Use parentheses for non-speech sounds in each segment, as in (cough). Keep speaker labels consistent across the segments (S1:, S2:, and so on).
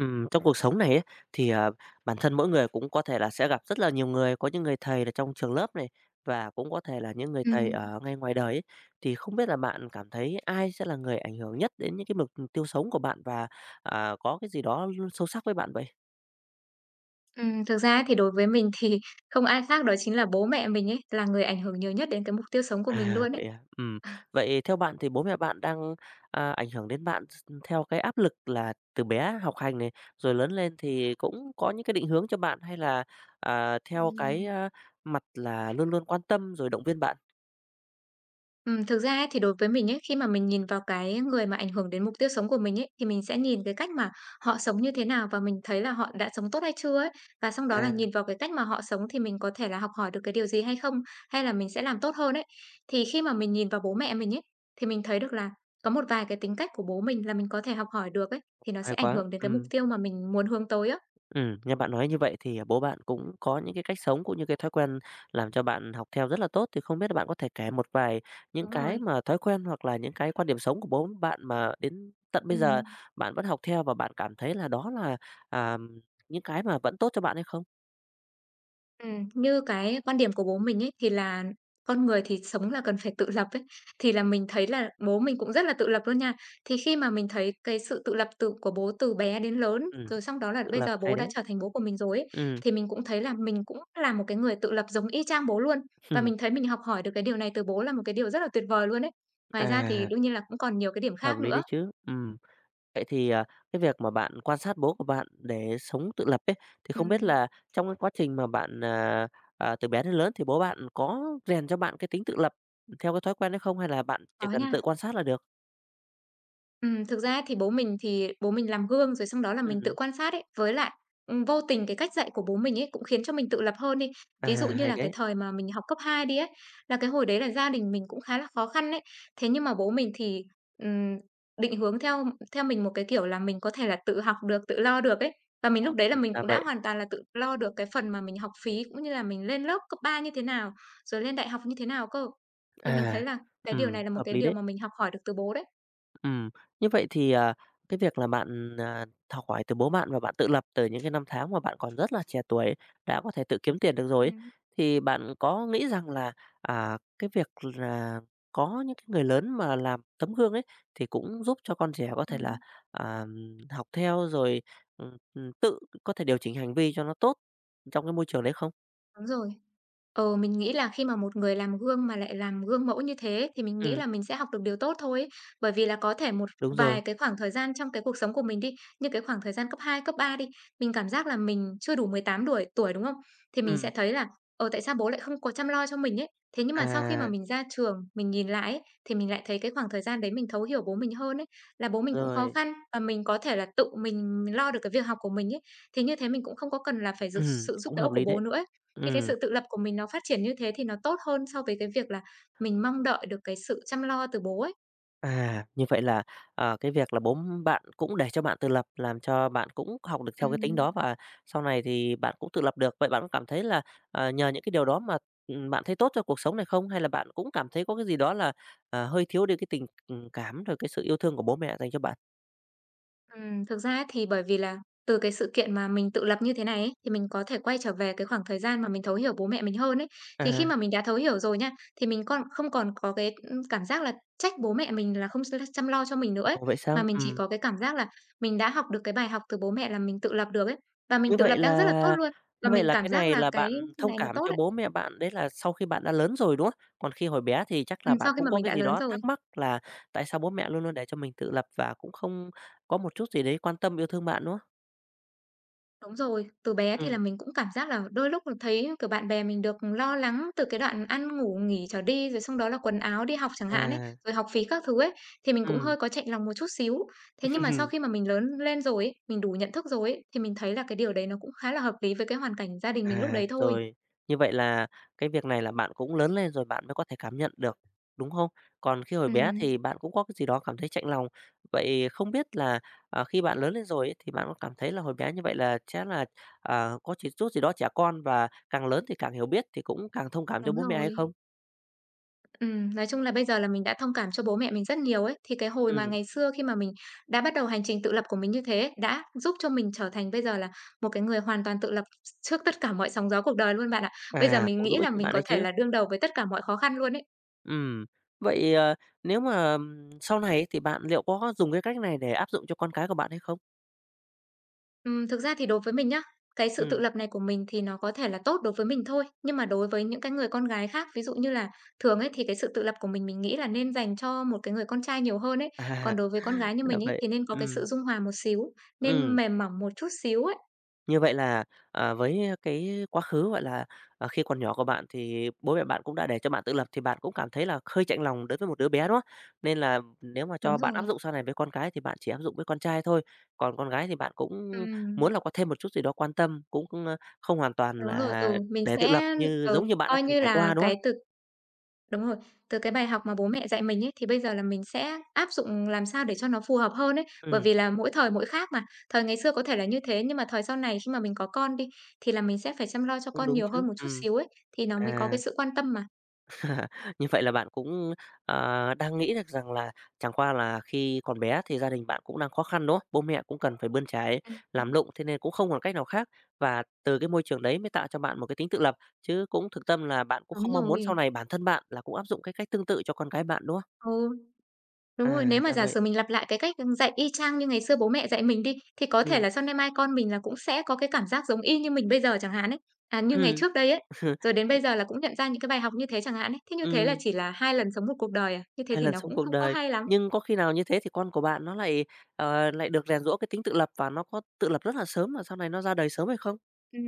S1: Trong cuộc sống này ấy, thì, bản thân mỗi người cũng có thể là sẽ gặp rất là nhiều người, có những người thầy là trong trường lớp này, và cũng có thể là những người thầy
S2: Ừm,
S1: ở ngay ngoài đời ấy. Thì không biết là bạn cảm thấy ai sẽ là người ảnh hưởng nhất đến những cái mục tiêu sống của bạn và, có cái gì đó sâu sắc với bạn vậy?
S2: ừm. Thực ra ấy thì đối với mình thì không ai khác đó chính là bố mẹ mình ấy, là người ảnh hưởng nhiều nhất đến cái mục tiêu sống của mình
S1: À,
S2: luôn
S1: vậy
S2: ấy.
S1: à? Ừm.
S2: À,
S1: Vậy theo bạn thì bố mẹ bạn đang, ảnh hưởng đến bạn s theo cái áp lực là từ bé học hành này, rồi lớn lên thì cũng có những cái định hướng cho bạn hay là, theo cái,
S2: ừm.
S1: mặt là luôn luôn quan tâm rồi động viên bạn?
S2: Thực ra ấy thì đối với mình ấy, khi mà mình nhìn vào cái người mà ảnh hưởng đến mục tiêu sống của mình ấy, thì mình sẽ nhìn cái cách mà họ sống như thế nào và mình thấy là họ đã sống tốt hay chưa ấy. Và sau đó là
S1: À,
S2: nhìn vào cái cách mà họ sống thì mình có thể là học hỏi được cái điều gì hay không, hay là mình sẽ làm tốt hơn ấy. Thì khi mà mình nhìn vào bố mẹ mình ấy, thì mình thấy được là có một vài cái tính cách của bố mình là mình có thể học hỏi được ấy, thì nó
S1: hay
S2: sẽ ảnh
S1: quá,
S2: hưởng đến cái mục
S1: ừm.
S2: tiêu mà mình muốn hướng tới á.
S1: Ừ, nghe bạn nói như vậy thì, bố bạn cũng có những cái cách sống cũng như cái thói quen làm cho bạn học theo rất là tốt, thì không biết là bạn có thể kể một vài những
S2: Đúng
S1: cái
S2: rồi.
S1: mà thói quen hoặc là những cái quan điểm sống của bố bạn mà đến tận bây giờ
S2: Ừm.
S1: bạn vẫn học theo và bạn cảm thấy là đó là, à, những cái mà vẫn tốt cho bạn hay không?
S2: Như cái quan điểm của bố mình ấy, thì là con người thì sống là cần phải tự lập ấy, thì là mình thấy là bố mình cũng rất là tự lập luôn nha. Thì khi mà mình thấy cái sự tự lập của bố từ bé đến lớn,
S1: Ừ,
S2: rồi xong đó là
S1: tự
S2: bây
S1: lập
S2: giờ
S1: hay
S2: bố
S1: đấy.
S2: đã trở thành bố của mình rồi ấy,
S1: Ừ,
S2: thì mình cũng thấy là mình cũng là một cái người tự lập giống y chang bố luôn. Và mình
S1: (laughs)
S2: thấy mình học hỏi được cái điều này từ bố là một cái điều rất là tuyệt vời luôn ấy. Ngoài ra thì
S1: à,
S2: đương nhiên là cũng còn nhiều cái điểm
S1: hợp
S2: khác
S1: lý đấy
S2: nữa.
S1: chứ. Ừ. Vậy thì, cái việc mà bạn quan sát bố của bạn để sống tự lập ấy, thì không biết
S2: Ừm.
S1: là trong cái quá trình mà bạn, từ bé đến lớn thì bố bạn có rèn cho bạn cái tính tự lập theo cái thói quen đấy không? Hay là bạn chỉ
S2: Có
S1: cần tự
S2: nha.
S1: quan sát là được?
S2: Thực ra thì bố mình làm gương rồi xong đó là mình tự
S1: Ừm,
S2: quan sát ấy, với lại, vô tình cái cách dạy của bố mình ấy cũng khiến cho mình tự lập hơn đi.
S1: à,
S2: Ví dụ như
S1: hay
S2: là
S1: đấy,
S2: cái thời mà mình học cấp 2 đi ấy, là cái hồi đấy là gia đình mình cũng khá là khó khăn ấy. Thế nhưng mà bố mình thì, ừm, định hướng theo theo mình một cái kiểu là mình có thể là tự học được, tự lo được ấy. Và mình
S1: à,
S2: lúc đấy là mình
S1: ra
S2: cũng đã
S1: vậy.
S2: hoàn toàn là tự lo được cái phần mà mình học phí cũng như là mình lên lớp cấp 3 như thế nào, rồi lên đại học như thế nào cơ. Thì mình
S1: À,
S2: thấy là cái điều này là một
S1: hợp
S2: cái
S1: lý
S2: điều
S1: đấy.
S2: mà mình học hỏi được từ bố đấy.
S1: Ừm, Như vậy thì, cái việc là bạn, học hỏi từ bố bạn và bạn tự lập từ những cái năm tháng mà bạn còn rất là trẻ tuổi, đã có thể tự kiếm tiền được rồi ấy,
S2: Ừm.
S1: thì bạn có nghĩ rằng là, cái việc là có những cái người lớn mà làm tấm gương ấy, thì cũng giúp cho con trẻ có thể
S2: Ừm,
S1: là, à, học theo rồi, tự có thể điều chỉnh hành vi cho nó tốt trong cái môi trường đấy không?
S2: đúng rồi. Mình nghĩ là khi mà một người làm gương mà lại làm gương mẫu như thế thì mình nghĩ
S1: Ừm,
S2: là mình sẽ học được điều tốt thôi ấy. Bởi vì là có thể một
S1: đúng rồi,
S2: vài cái khoảng thời gian trong cái cuộc sống của mình đi, như cái khoảng thời gian cấp 2 cấp 3 đi, mình cảm giác là mình chưa đủ 18 tuổi, đúng không? Thì mình
S1: ừm,
S2: sẽ thấy là, tại sao bố lại không có chăm lo cho mình ấy? Thế nhưng mà sau khi mà
S1: à,
S2: mình ra trường, mình nhìn lại ấy, thì mình lại thấy cái khoảng thời gian đấy mình thấu hiểu bố mình hơn ấy, là bố mình cũng khó
S1: rồi,
S2: khăn và mình có thể là tự mình lo được cái việc học của mình ấy. Thì như thế mình cũng không có cần là phải sự giúp
S1: cũng
S2: đỡ
S1: hợp
S2: của
S1: lý đấy,
S2: bố nữa ấy. Thì cái
S1: ừm.
S2: sự tự lập của mình nó phát triển như thế thì nó tốt hơn so với cái việc là mình mong đợi được cái sự chăm lo từ bố ấy.
S1: À, như vậy là, cái việc là bố bạn cũng để cho bạn tự lập, làm cho bạn cũng học được theo cái tính
S2: Ừm.
S1: đó và sau này thì bạn cũng tự lập được. Vậy bạn có cảm thấy là, nhờ những cái điều đó mà, bạn thấy tốt cho cuộc sống này không? Hay là bạn cũng cảm thấy có cái gì đó là, hơi thiếu đi cái tình, cảm rồi cái sự yêu thương của bố mẹ dành cho bạn?
S2: Thực ra ấy thì bởi vì là từ cái sự kiện mà mình tự lập như thế này ấy, thì mình có thể quay trở về cái khoảng thời gian mà mình thấu hiểu bố mẹ mình hơn ấy. Thì khi
S1: À,
S2: mà mình đã thấu hiểu rồi nha, thì mình con không còn có cái, cảm giác là trách bố mẹ mình là không chăm lo cho mình nữa ấy,
S1: ồ, vậy
S2: mà
S1: sao?
S2: mình chỉ
S1: Ừm.
S2: có cái cảm giác là mình đã học được cái bài học từ bố mẹ là mình tự lập được ấy. Và
S1: Như
S2: mình tự
S1: vậy
S2: lập đang rất là tốt
S1: là
S2: luôn, và
S1: như vậy
S2: mình
S1: là cái
S2: cảm giác
S1: này
S2: là
S1: là
S2: cái
S1: bạn thông
S2: này là
S1: cảm
S2: tốt
S1: cho
S2: ấy,
S1: bố mẹ bạn, đấy là sau khi bạn đã lớn rồi, đúng không? Còn khi hồi bé thì chắc là bạn
S2: sau khi
S1: cũng
S2: mà
S1: có
S2: mình
S1: cái
S2: đã
S1: gì
S2: lớn
S1: đó
S2: rồi.
S1: thắc mắc là tại sao bố mẹ luôn luôn để cho mình tự lập và cũng không có một chút gì đấy quan tâm, yêu thương bạn, đúng không?
S2: Đúng rồi, từ bé thì
S1: Ừ,
S2: là mình cũng cảm giác là đôi lúc là thấy, kiểu, bạn bè mình được lo lắng từ cái đoạn ăn ngủ nghỉ trở đi, rồi xong đó là quần áo đi học chẳng hạn ấy,
S1: à,
S2: rồi học phí các thứ ấy, thì mình cũng
S1: ừm.
S2: hơi có chạnh lòng một chút xíu. Thế nhưng mà sau
S1: (laughs)
S2: khi mà mình lớn lên rồi ấy, mình đủ nhận thức rồi ấy, thì mình thấy là cái điều đấy nó cũng khá là hợp lý với cái hoàn cảnh gia đình mình lúc
S1: À,
S2: đấy thôi.
S1: rồi, như vậy là cái việc này là bạn cũng lớn lên rồi bạn mới có thể cảm nhận được, đúng không? Còn khi hồi bé thì
S2: Ừm,
S1: bạn cũng có cái gì đó cảm thấy chạnh lòng. Vậy không biết là, khi bạn lớn lên rồi ấy, thì bạn có cảm thấy là hồi bé như vậy là sẽ là, có chỉ chút gì đó trẻ con và càng lớn thì càng hiểu biết thì cũng càng thông cảm cho
S2: đúng
S1: bố mẹ hay
S2: rồi.
S1: không?
S2: Nói chung là bây giờ là mình đã thông cảm cho bố mẹ mình rất nhiều ấy. Thì cái hồi mà
S1: Ừm,
S2: ngày xưa khi mà mình đã bắt đầu hành trình tự lập của mình như thế ấy, đã giúp cho mình trở thành bây giờ là một cái người hoàn toàn tự lập trước tất cả mọi sóng gió cuộc đời luôn bạn ạ. Bây giờ mình
S1: cũng giúp
S2: nghĩ
S1: ích
S2: là
S1: cho
S2: mình
S1: bạn
S2: có
S1: đấy
S2: thể
S1: chứ.
S2: là đương đầu với tất cả mọi khó khăn luôn ấy.
S1: Ừm, Vậy, nếu mà, sau này ấy thì bạn liệu có dùng cái cách này để áp dụng cho con cái của bạn hay không?
S2: Thực ra thì đối với mình nhá, cái sự tự
S1: Ừm,
S2: lập này của mình thì nó có thể là tốt đối với mình thôi, nhưng mà đối với những cái người con gái khác, ví dụ như là thường ấy thì cái sự tự lập của mình nghĩ là nên dành cho một cái người con trai nhiều hơn ấy.
S1: à,
S2: Còn đối với con
S1: (laughs)
S2: gái như
S1: là
S2: mình ấy
S1: vậy.
S2: thì nên có cái sự
S1: Ừm.
S2: dung hòa một xíu, nên
S1: Ừ,
S2: mềm mỏng một chút xíu ấy.
S1: như vậy là, với cái quá khứ, gọi là, khi còn nhỏ của bạn thì bố mẹ bạn cũng đã để cho bạn tự lập thì bạn cũng cảm thấy là hơi chạnh lòng đối với một đứa bé, đúng không? Nên là nếu mà cho
S2: Đúng
S1: bạn áp
S2: rồi.
S1: dụng sau này với con cái thì bạn chỉ áp dụng với con trai thôi, còn con gái thì bạn cũng muốn
S2: Ừm,
S1: là có thêm một chút gì đó quan tâm, cũng, không hoàn toàn
S2: đúng rồi,
S1: là
S2: ừ, mình
S1: để tự lập
S2: sẽ,
S1: như giống như bạn đã
S2: coi
S1: từng
S2: như
S1: trải
S2: là
S1: qua, đúng không?
S2: cái từ. Đúng rồi, từ cái bài học mà bố mẹ dạy mình ấy, thì bây giờ là mình sẽ áp dụng làm sao để cho nó phù hợp hơn ấy, bởi
S1: Ừm,
S2: vì là mỗi thời mỗi khác mà. Thời ngày xưa có thể là như thế, nhưng mà thời sau này khi mà mình có con đi, thì là mình sẽ phải chăm lo cho
S1: cũng
S2: con
S1: đúng
S2: nhiều
S1: chứ
S2: hơn một chút xíu ấy, thì nó mới có cái
S1: à.
S2: sự quan tâm mà.
S1: Như vậy là bạn cũng, đang nghĩ được rằng là chẳng qua là khi còn bé thì gia đình bạn cũng đang khó khăn, đúng không? Bố mẹ cũng cần phải bươn chải,
S2: Ừm,
S1: làm lụng, thế nên cũng không còn cách nào khác và từ cái môi trường đấy mới tạo cho bạn một cái tính tự lập, chứ cũng thực tâm là bạn cũng
S2: Đúng
S1: không mong muốn sau
S2: rồi.
S1: này bản thân bạn là cũng áp dụng cái cách tương tự cho con cái bạn, đúng không?
S2: Ừ. Đúng rồi,
S1: À,
S2: nếu mà
S1: ra
S2: giả
S1: vậy.
S2: sử mình lặp lại cái cách, dạy y chang như ngày xưa bố mẹ dạy mình đi, thì có thể
S1: Ừm,
S2: là sau nay mai con mình là cũng sẽ có cái cảm giác giống y như mình bây giờ chẳng hạn ấy, à, như ngày
S1: ừm,
S2: trước đây ấy, rồi đến bây giờ là cũng nhận ra những cái bài học như thế chẳng hạn ấy. Thế như thế là
S1: ừm,
S2: chỉ
S1: (laughs)
S2: là 2 lần sống một cuộc đời à, như thế
S1: hai
S2: thì
S1: lần
S2: nó
S1: sống
S2: cũng
S1: cuộc
S2: không có
S1: đời.
S2: hay lắm.
S1: Nhưng có khi nào như thế thì con của bạn nó lại được rèn giũa cái tính tự lập và nó có tự lập rất là sớm mà sau này nó ra đời sớm hay không?
S2: Ừm,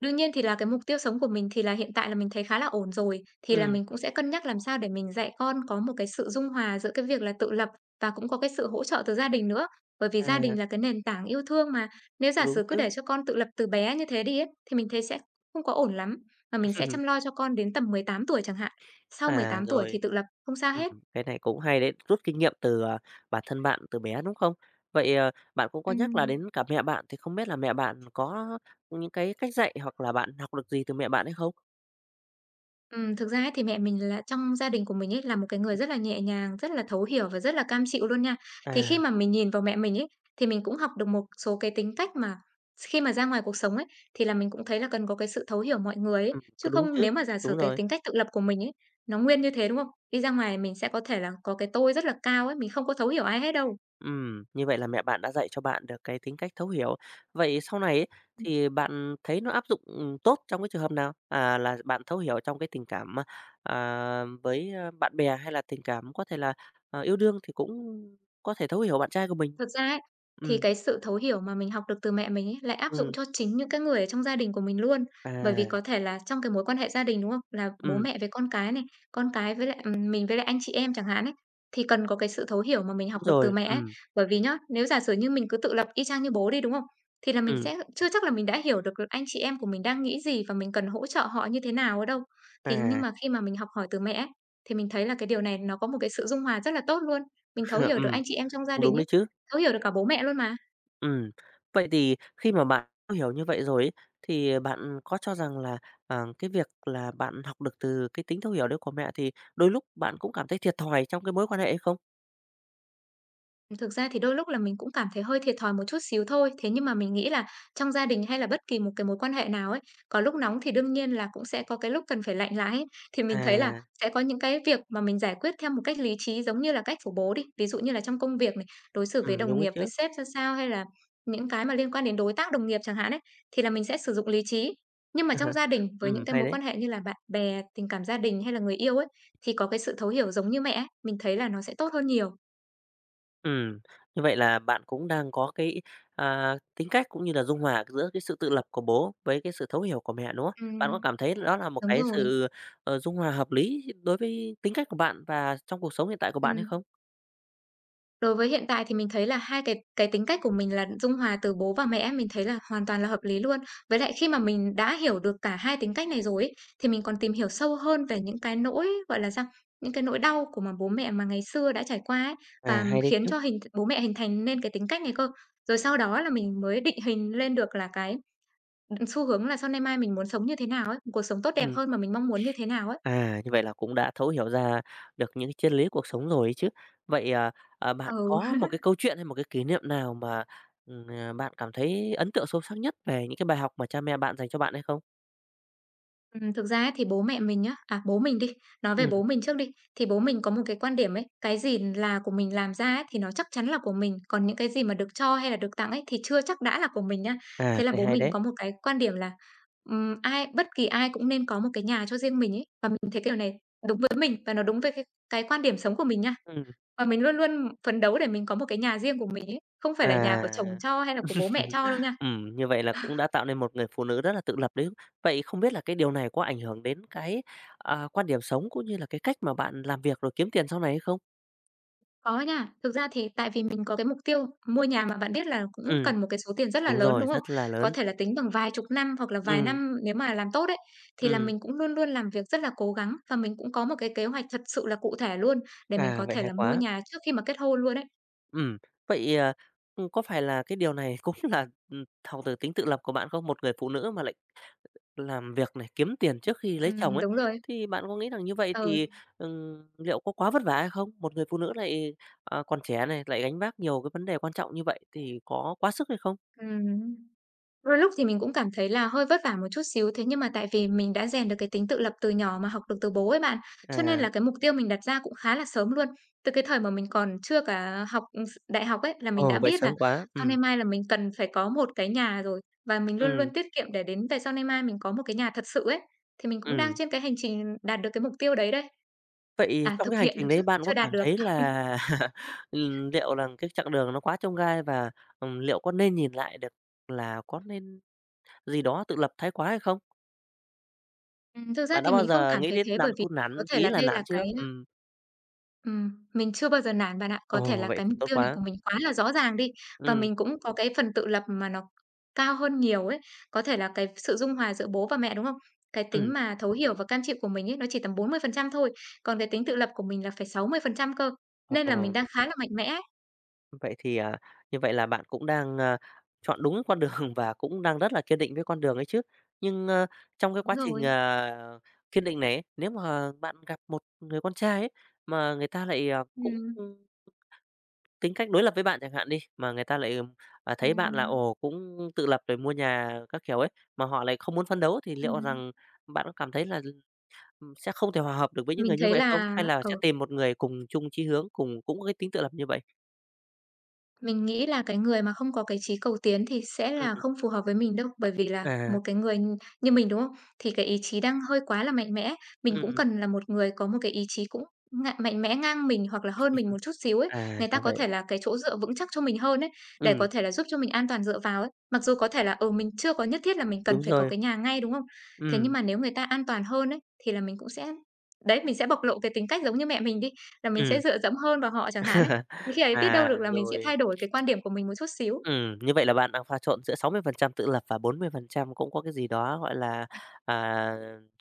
S2: Đương nhiên thì là cái mục tiêu sống của mình thì là hiện tại là mình thấy khá là ổn rồi, thì là
S1: Ừm,
S2: mình cũng sẽ cân nhắc làm sao để mình dạy con có một cái sự dung hòa giữa cái việc là tự lập và cũng có cái sự hỗ trợ từ gia đình nữa. Bởi vì gia
S1: à,
S2: đình là cái nền tảng yêu thương mà, nếu
S1: cũng
S2: giả
S1: đúng
S2: sử cứ
S1: chứ.
S2: để cho con tự lập từ bé như thế đi ấy, thì mình thấy sẽ không có ổn lắm, mà mình sẽ chăm
S1: (laughs)
S2: lo cho con đến tầm 18 tuổi chẳng hạn, sau mười
S1: À,
S2: tám tuổi
S1: rồi,
S2: thì tự lập, không sao
S1: ừm,
S2: hết.
S1: cái này cũng hay đấy, rút kinh nghiệm từ, bản thân bạn từ bé, đúng không? Vậy, bạn cũng có nhắc là
S2: Ừm.
S1: đến cả mẹ bạn, thì không biết là mẹ bạn có những cái cách dạy hoặc là bạn học được gì từ mẹ bạn hay không?
S2: Thực ra ấy thì mẹ mình là trong gia đình của mình ấy là một cái người rất là nhẹ nhàng, rất là thấu hiểu và rất là cam chịu luôn nha. Thì khi
S1: À,
S2: mà mình nhìn vào mẹ mình ấy, thì mình cũng học được một số cái tính cách mà khi mà ra ngoài cuộc sống ấy, thì là mình cũng thấy là cần có cái sự thấu hiểu mọi người ấy. Chứ
S1: đúng
S2: không
S1: chứ,
S2: nếu mà giả
S1: đúng
S2: sử cái
S1: rồi.
S2: tính cách tự lập của mình ấy, nó nguyên như thế, đúng không? Đi ra ngoài mình sẽ có thể là có cái tôi rất là cao ấy, mình không có thấu hiểu ai hết đâu.
S1: Như vậy là mẹ bạn đã dạy cho bạn được cái tính cách thấu hiểu. Vậy sau này ấy, thì bạn thấy nó áp dụng, tốt trong cái trường hợp nào? À, là bạn thấu hiểu trong cái tình cảm, với, bạn bè hay là tình cảm có thể là, yêu đương thì cũng có thể thấu hiểu bạn trai của mình?
S2: Thật ra ấy, thì
S1: Ừm,
S2: cái sự thấu hiểu mà mình học được từ mẹ mình ấy, lại áp dụng
S1: ừm,
S2: cho chính những cái người ở trong gia đình của mình luôn. Bởi vì
S1: à,
S2: có thể là trong cái mối quan hệ gia đình, đúng không? Là bố
S1: ừm,
S2: mẹ với con cái này, con cái với lại mình với lại anh chị em chẳng hạn ấy, thì cần có cái sự thấu hiểu mà mình
S1: đúng
S2: học được từ
S1: rồi,
S2: mẹ ấy. Bởi vì nhá, nếu giả sử như mình cứ tự lập y chang như bố đi, đúng không? Thì là mình
S1: ừm,
S2: sẽ chưa chắc là mình đã hiểu được anh chị em của mình đang nghĩ gì và mình cần hỗ trợ họ như thế nào ở đâu. Thì nhưng
S1: à,
S2: mà khi mà mình học hỏi từ mẹ ấy, thì mình thấy là cái điều này nó có một cái sự dung hòa rất là tốt luôn. Mình thấu
S1: (laughs)
S2: hiểu được
S1: ừm,
S2: anh chị em trong gia
S1: cũng
S2: đình
S1: đúng
S2: ấy.
S1: đấy chứ.
S2: Thấu hiểu được cả bố mẹ luôn mà.
S1: Ừm, Vậy thì khi mà bạn hiểu như vậy rồi ấy, thì bạn có cho rằng là, cái việc là bạn học được từ cái tính thấu hiểu đấy của mẹ thì đôi lúc bạn cũng cảm thấy thiệt thòi trong cái mối quan hệ hay không?
S2: Thực ra thì đôi lúc là mình cũng cảm thấy hơi thiệt thòi một chút xíu thôi. Thế nhưng mà mình nghĩ là trong gia đình hay là bất kỳ một cái mối quan hệ nào ấy, có lúc nóng thì đương nhiên là cũng sẽ có cái lúc cần phải lạnh lại ấy. Thì mình thấy là
S1: À,
S2: sẽ có những cái việc mà mình giải quyết theo một cách lý trí giống như là cách của bố đi. Ví dụ như là trong công việc này, đối xử với đồng
S1: đúng đấy
S2: nghiệp,
S1: chứ.
S2: với sếp ra sao hay là những cái mà liên quan đến đối tác đồng nghiệp chẳng hạn ấy, thì là mình sẽ sử dụng lý trí. Nhưng mà trong gia
S1: (laughs)
S2: đình với những cái
S1: Hay
S2: mối
S1: đấy.
S2: quan hệ như là bạn bè, tình cảm gia đình hay là người yêu ấy, thì có cái sự thấu hiểu giống như mẹ ấy, mình thấy là nó sẽ tốt hơn nhiều.
S1: Ừm, Như vậy là bạn cũng đang có cái, tính cách cũng như là dung hòa giữa cái sự tự lập của bố với cái sự thấu hiểu của mẹ, đúng không? Bạn có
S2: Ừm.
S1: cảm thấy đó là một
S2: Đúng
S1: cái
S2: rồi.
S1: sự, dung hòa hợp lý đối với tính cách của bạn và trong cuộc sống hiện tại của bạn hay
S2: Ừm.
S1: không?
S2: Đối với hiện tại thì mình thấy là hai cái tính cách của mình là dung hòa từ bố và mẹ, mình thấy là hoàn toàn là hợp lý luôn. Với lại khi mà mình đã hiểu được cả hai tính cách này rồi ấy, thì mình còn tìm hiểu sâu hơn về những cái nỗi, gọi là sao, những cái nỗi đau của mà bố mẹ mà ngày xưa đã trải qua ấy,
S1: À,
S2: và
S1: hay đấy
S2: khiến
S1: chứ.
S2: cho hình bố mẹ hình thành nên cái tính cách này cơ. Rồi sau đó là mình mới định hình lên được là cái, xu hướng là sau này mai mình muốn sống như thế nào ấy, cuộc sống tốt đẹp hơn
S1: (laughs)
S2: mà mình mong muốn như thế nào ấy.
S1: À, như vậy là cũng đã thấu hiểu ra được những cái triết lý cuộc sống rồi ấy chứ. Vậy, bạn
S2: Ừ.
S1: có một cái câu chuyện hay một cái kỷ niệm nào mà, bạn cảm thấy ấn tượng sâu sắc nhất về những cái bài học mà cha mẹ bạn dành cho bạn hay không?
S2: Thực ra ấy thì bố mẹ mình á à, bố mình đi, nói về
S1: Ừm,
S2: bố mình trước đi, thì bố mình có một cái quan điểm ấy, cái gì là của mình làm ra ấy thì nó chắc chắn là của mình, còn những cái gì mà được cho hay là được tặng ấy thì chưa chắc đã là của mình nhá.
S1: à,
S2: Thế là
S1: cái này
S2: bố
S1: hay
S2: mình
S1: đấy.
S2: có một cái quan điểm là, ai bất kỳ ai cũng nên có một cái nhà cho riêng mình ấy, và mình thấy cái điều này đúng với mình và nó đúng với cái quan điểm sống của mình nha.
S1: Ừm,
S2: Và mình luôn luôn phấn đấu để mình có một cái nhà riêng của mình ấy, không phải là nhà của chồng
S1: à,
S2: cho hay là của bố mẹ cho đâu
S1: (laughs)
S2: nha.
S1: như vậy là cũng đã tạo nên một người phụ nữ rất là tự lập đấy. Vậy không biết là cái điều này có ảnh hưởng đến cái, quan điểm sống cũng như là cái cách mà bạn làm việc rồi kiếm tiền sau này hay không?
S2: Có nha, thực ra thì tại vì mình có cái mục tiêu mua nhà mà bạn biết là cũng
S1: Ừm,
S2: cần một cái số tiền rất là
S1: đúng
S2: lớn,
S1: rồi,
S2: đúng không?
S1: rất là
S2: Có
S1: lớn.
S2: thể là tính bằng vài chục năm hoặc là vài
S1: Ừm,
S2: năm nếu mà làm tốt ấy, thì là
S1: ừm,
S2: mình cũng luôn luôn làm việc rất là cố gắng và mình cũng có một cái kế hoạch thật sự là cụ thể luôn để mình có
S1: vậy
S2: thể
S1: hay
S2: là mua
S1: quá.
S2: nhà trước khi mà kết hôn luôn ấy.
S1: Ừm, Vậy, có phải là cái điều này (laughs) cũng là, học từ tính tự lập của bạn không? Một người phụ nữ mà lại làm việc này, kiếm tiền trước khi lấy chồng ấy,
S2: Đúng rồi.
S1: thì bạn có nghĩ rằng như vậy thì,
S2: Ừ,
S1: liệu có quá vất vả hay không? Một người phụ nữ lại, còn trẻ này, lại gánh vác nhiều cái vấn đề quan trọng như vậy thì có quá sức hay không?
S2: ừm. Đôi lúc thì mình cũng cảm thấy là hơi vất vả một chút xíu, thế nhưng mà tại vì mình đã rèn được cái tính tự lập từ nhỏ mà học được từ bố ấy bạn, cho nên
S1: À,
S2: là cái mục tiêu mình đặt ra cũng khá là sớm luôn. Từ cái thời mà mình còn chưa cả học ừ, s đại học ấy, là mình
S1: ồ,
S2: đã
S1: vậy
S2: biết
S1: sớm
S2: là
S1: quá,
S2: sau nay mai là mình cần phải có một cái nhà rồi, và mình luôn
S1: ừm,
S2: luôn tiết kiệm để đến về sau nay mai mình có một cái nhà thật sự ấy. Thì mình cũng đang
S1: ừm.
S2: trên cái hành trình đạt được cái mục tiêu đấy đây.
S1: Vậy
S2: À,
S1: trong cái
S2: thực
S1: hành
S2: hiện
S1: trình
S2: được
S1: đấy
S2: chứ,
S1: bạn có
S2: chưa
S1: cảm
S2: đạt được.
S1: thấy là, (laughs) liệu rằng cái chặng đường nó quá chông gai và, liệu có nên nhìn lại được là có nên gì đó tự lập thái quá hay không?
S2: Thực ra
S1: Bạn đã
S2: thì
S1: bao
S2: mình không
S1: giờ
S2: cảm
S1: nghĩ
S2: thấy
S1: đến
S2: thế
S1: nắn
S2: bởi vì
S1: cun
S2: có
S1: nắn
S2: thể
S1: ý
S2: là
S1: là
S2: đây là
S1: nản chưa?
S2: cái. Mình chưa bao giờ nản bạn ạ. Có thể
S1: Ồ,
S2: là
S1: vậy
S2: cái
S1: thì
S2: mục
S1: tốt
S2: tiêu này
S1: quá.
S2: của mình quá là rõ ràng đi, và
S1: Ừm,
S2: mình cũng có cái phần tự lập mà nó cao hơn nhiều ấy. Có thể là cái sự dung hòa giữa bố và mẹ, đúng không? Cái
S1: ừm,
S2: tính mà thấu hiểu và cam chịu của mình ấy, nó chỉ tầm 40% thôi, còn cái tính tự lập của mình là phải 60% cơ,
S1: ồ,
S2: nên là mình đang khá là mạnh mẽ ấy.
S1: vậy thì, như vậy là bạn cũng đang, chọn đúng con đường (laughs) và cũng đang rất là kiên định với con đường ấy chứ. Nhưng, trong cái
S2: Đúng
S1: quá trình,
S2: rồi.
S1: kiên định này ấy, nếu mà bạn gặp một người con trai ấy, mà người ta lại, cũng, tính cách đối lập với bạn chẳng hạn đi, mà người ta lại, thấy
S2: Ừm,
S1: bạn là,
S2: ừm,
S1: ồ, cũng tự lập rồi mua nhà các kiểu ấy, mà họ lại không muốn phấn đấu thì liệu
S2: ừm.
S1: rằng bạn có cảm thấy là, sẽ không thể hòa hợp được với những
S2: Mình
S1: người như
S2: thấy
S1: vậy không?
S2: là
S1: Hay là sẽ
S2: ừ.
S1: tìm một người cùng chung chí hướng, cùng cũng có cái tính tự lập như vậy?
S2: Mình nghĩ là cái người mà không có cái chí cầu tiến thì sẽ là
S1: Ừm,
S2: không phù hợp với mình đâu, bởi vì là
S1: à,
S2: một cái người như mình, đúng không? Thì cái ý chí đang hơi quá là mạnh mẽ, mình cũng
S1: ừm,
S2: cần là một người có một cái ý chí cũng mạnh mẽ ngang mình hoặc là hơn mình một chút xíu ấy,
S1: à,
S2: người ta
S1: ra
S2: có
S1: vậy.
S2: thể là cái chỗ dựa vững chắc cho mình hơn ấy, để có
S1: Ừm,
S2: thể là giúp cho mình an toàn dựa vào ấy. Mặc dù có thể là, mình chưa có nhất thiết là mình
S1: đúng
S2: cần phải có
S1: rồi,
S2: cái nhà ngay, đúng không? Thế nhưng
S1: ừm,
S2: mà nếu người ta an toàn hơn ấy, thì là mình cũng sẽ đấy, mình sẽ bộc lộ cái tính cách giống như mẹ mình đi, là mình sẽ
S1: ừm.
S2: dựa dẫm hơn vào họ chẳng hạn ấy. Thì
S1: (laughs)
S2: khi ấy biết đâu
S1: À,
S2: được là mình sẽ
S1: rồi.
S2: thay đổi cái quan điểm của mình một chút xíu,
S1: Ừ, như vậy là bạn đang pha trộn giữa 60% tự lập và 40% cũng có cái gì đó, gọi là, à,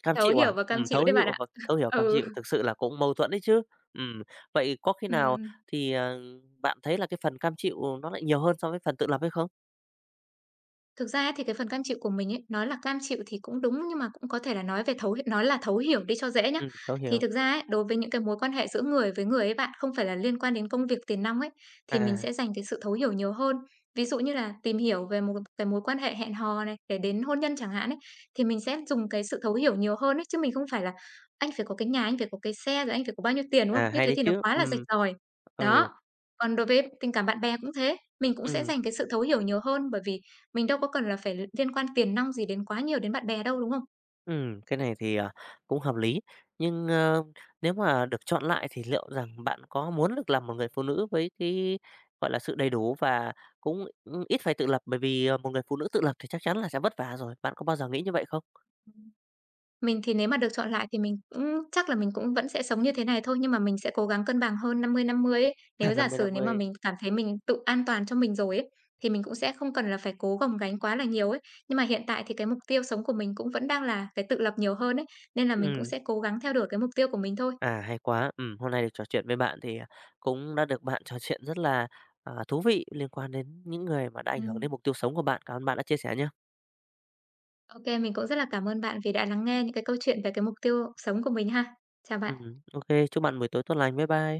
S1: cam
S2: thấu
S1: chịu à?
S2: hiểu và cam chịu
S1: Thấu
S2: đấy bạn
S1: hiểu
S2: ạ.
S1: và thấu hiểu, cam
S2: Ừ,
S1: chịu, thực sự là cũng mâu thuẫn đấy chứ. Ừm, Vậy có khi nào
S2: ừm.
S1: thì, bạn thấy là cái phần cam chịu nó lại nhiều hơn so với phần tự lập hay không?
S2: Thực ra ấy thì cái phần cam chịu của mình ấy, nói là cam chịu thì cũng đúng, nhưng mà cũng có thể là nói về thấu h nói là thấu hiểu đi cho dễ nhá.
S1: Thấu
S2: Thì
S1: hiểu.
S2: thực ra ấy, đối với những cái mối quan hệ giữa người với người ấy bạn, không phải là liên quan đến công việc tiền nong ấy, thì mình
S1: À,
S2: sẽ dành cái sự thấu hiểu nhiều hơn. Ví dụ như là tìm hiểu về một cái mối quan hệ hẹn hò này, để đến hôn nhân chẳng hạn ấy, thì mình sẽ dùng cái sự thấu hiểu nhiều hơn ấy, chứ mình không phải là "Anh phải có cái nhà, anh phải có cái xe, rồi anh phải có bao nhiêu tiền", đúng không?
S1: à,
S2: Như
S1: hay
S2: thế
S1: đấy
S2: thì nó
S1: chứ.
S2: quá là rạch
S1: Ừ,
S2: ròi.
S1: ừ,
S2: Đó, còn đối với tình cảm bạn bè cũng thế, mình cũng sẽ
S1: ừm.
S2: dành cái sự thấu hiểu nhiều hơn, bởi vì mình đâu có cần là phải liên quan tiền nong gì đến quá nhiều đến bạn bè đâu, đúng không?
S1: Cái này thì, cũng hợp lý. Nhưng, nếu mà được chọn lại thì liệu rằng bạn có muốn được làm một người phụ nữ với cái, gọi là, sự đầy đủ và cũng, ít phải tự lập, bởi vì, một người phụ nữ tự lập thì chắc chắn là sẽ vất vả rồi. Bạn có bao giờ nghĩ như vậy không?
S2: Mình thì nếu mà được chọn lại thì mình cũng chắc là mình cũng vẫn sẽ sống như thế này thôi, nhưng mà mình sẽ cố gắng cân bằng hơn 50-50 ấy. Nếu
S1: (laughs) Năm
S2: giả
S1: mươi
S2: sử
S1: năm
S2: nếu mà
S1: mươi.
S2: mình cảm thấy mình tự an toàn cho mình rồi ấy, thì mình cũng sẽ không cần là phải cố gồng gánh quá là nhiều ấy. Nhưng mà hiện tại thì cái mục tiêu sống của mình cũng vẫn đang là cái tự lập nhiều hơn ấy, nên là mình cũng
S1: ừm,
S2: sẽ cố gắng theo đuổi cái mục tiêu của mình thôi.
S1: hay quá. Hôm nay được trò chuyện với bạn thì, cũng đã được bạn trò chuyện rất là, thú vị liên quan đến những người mà đã ảnh
S2: Ừm,
S1: hưởng đến mục tiêu sống của bạn. Cảm ơn bạn đã chia sẻ nhá.
S2: ô mình cũng rất là cảm ơn bạn vì đã lắng nghe những cái câu chuyện về cái mục tiêu sống của mình ha. Chào bạn.
S1: Ok. Chúc bạn buổi tối tốt lành. Bye bye.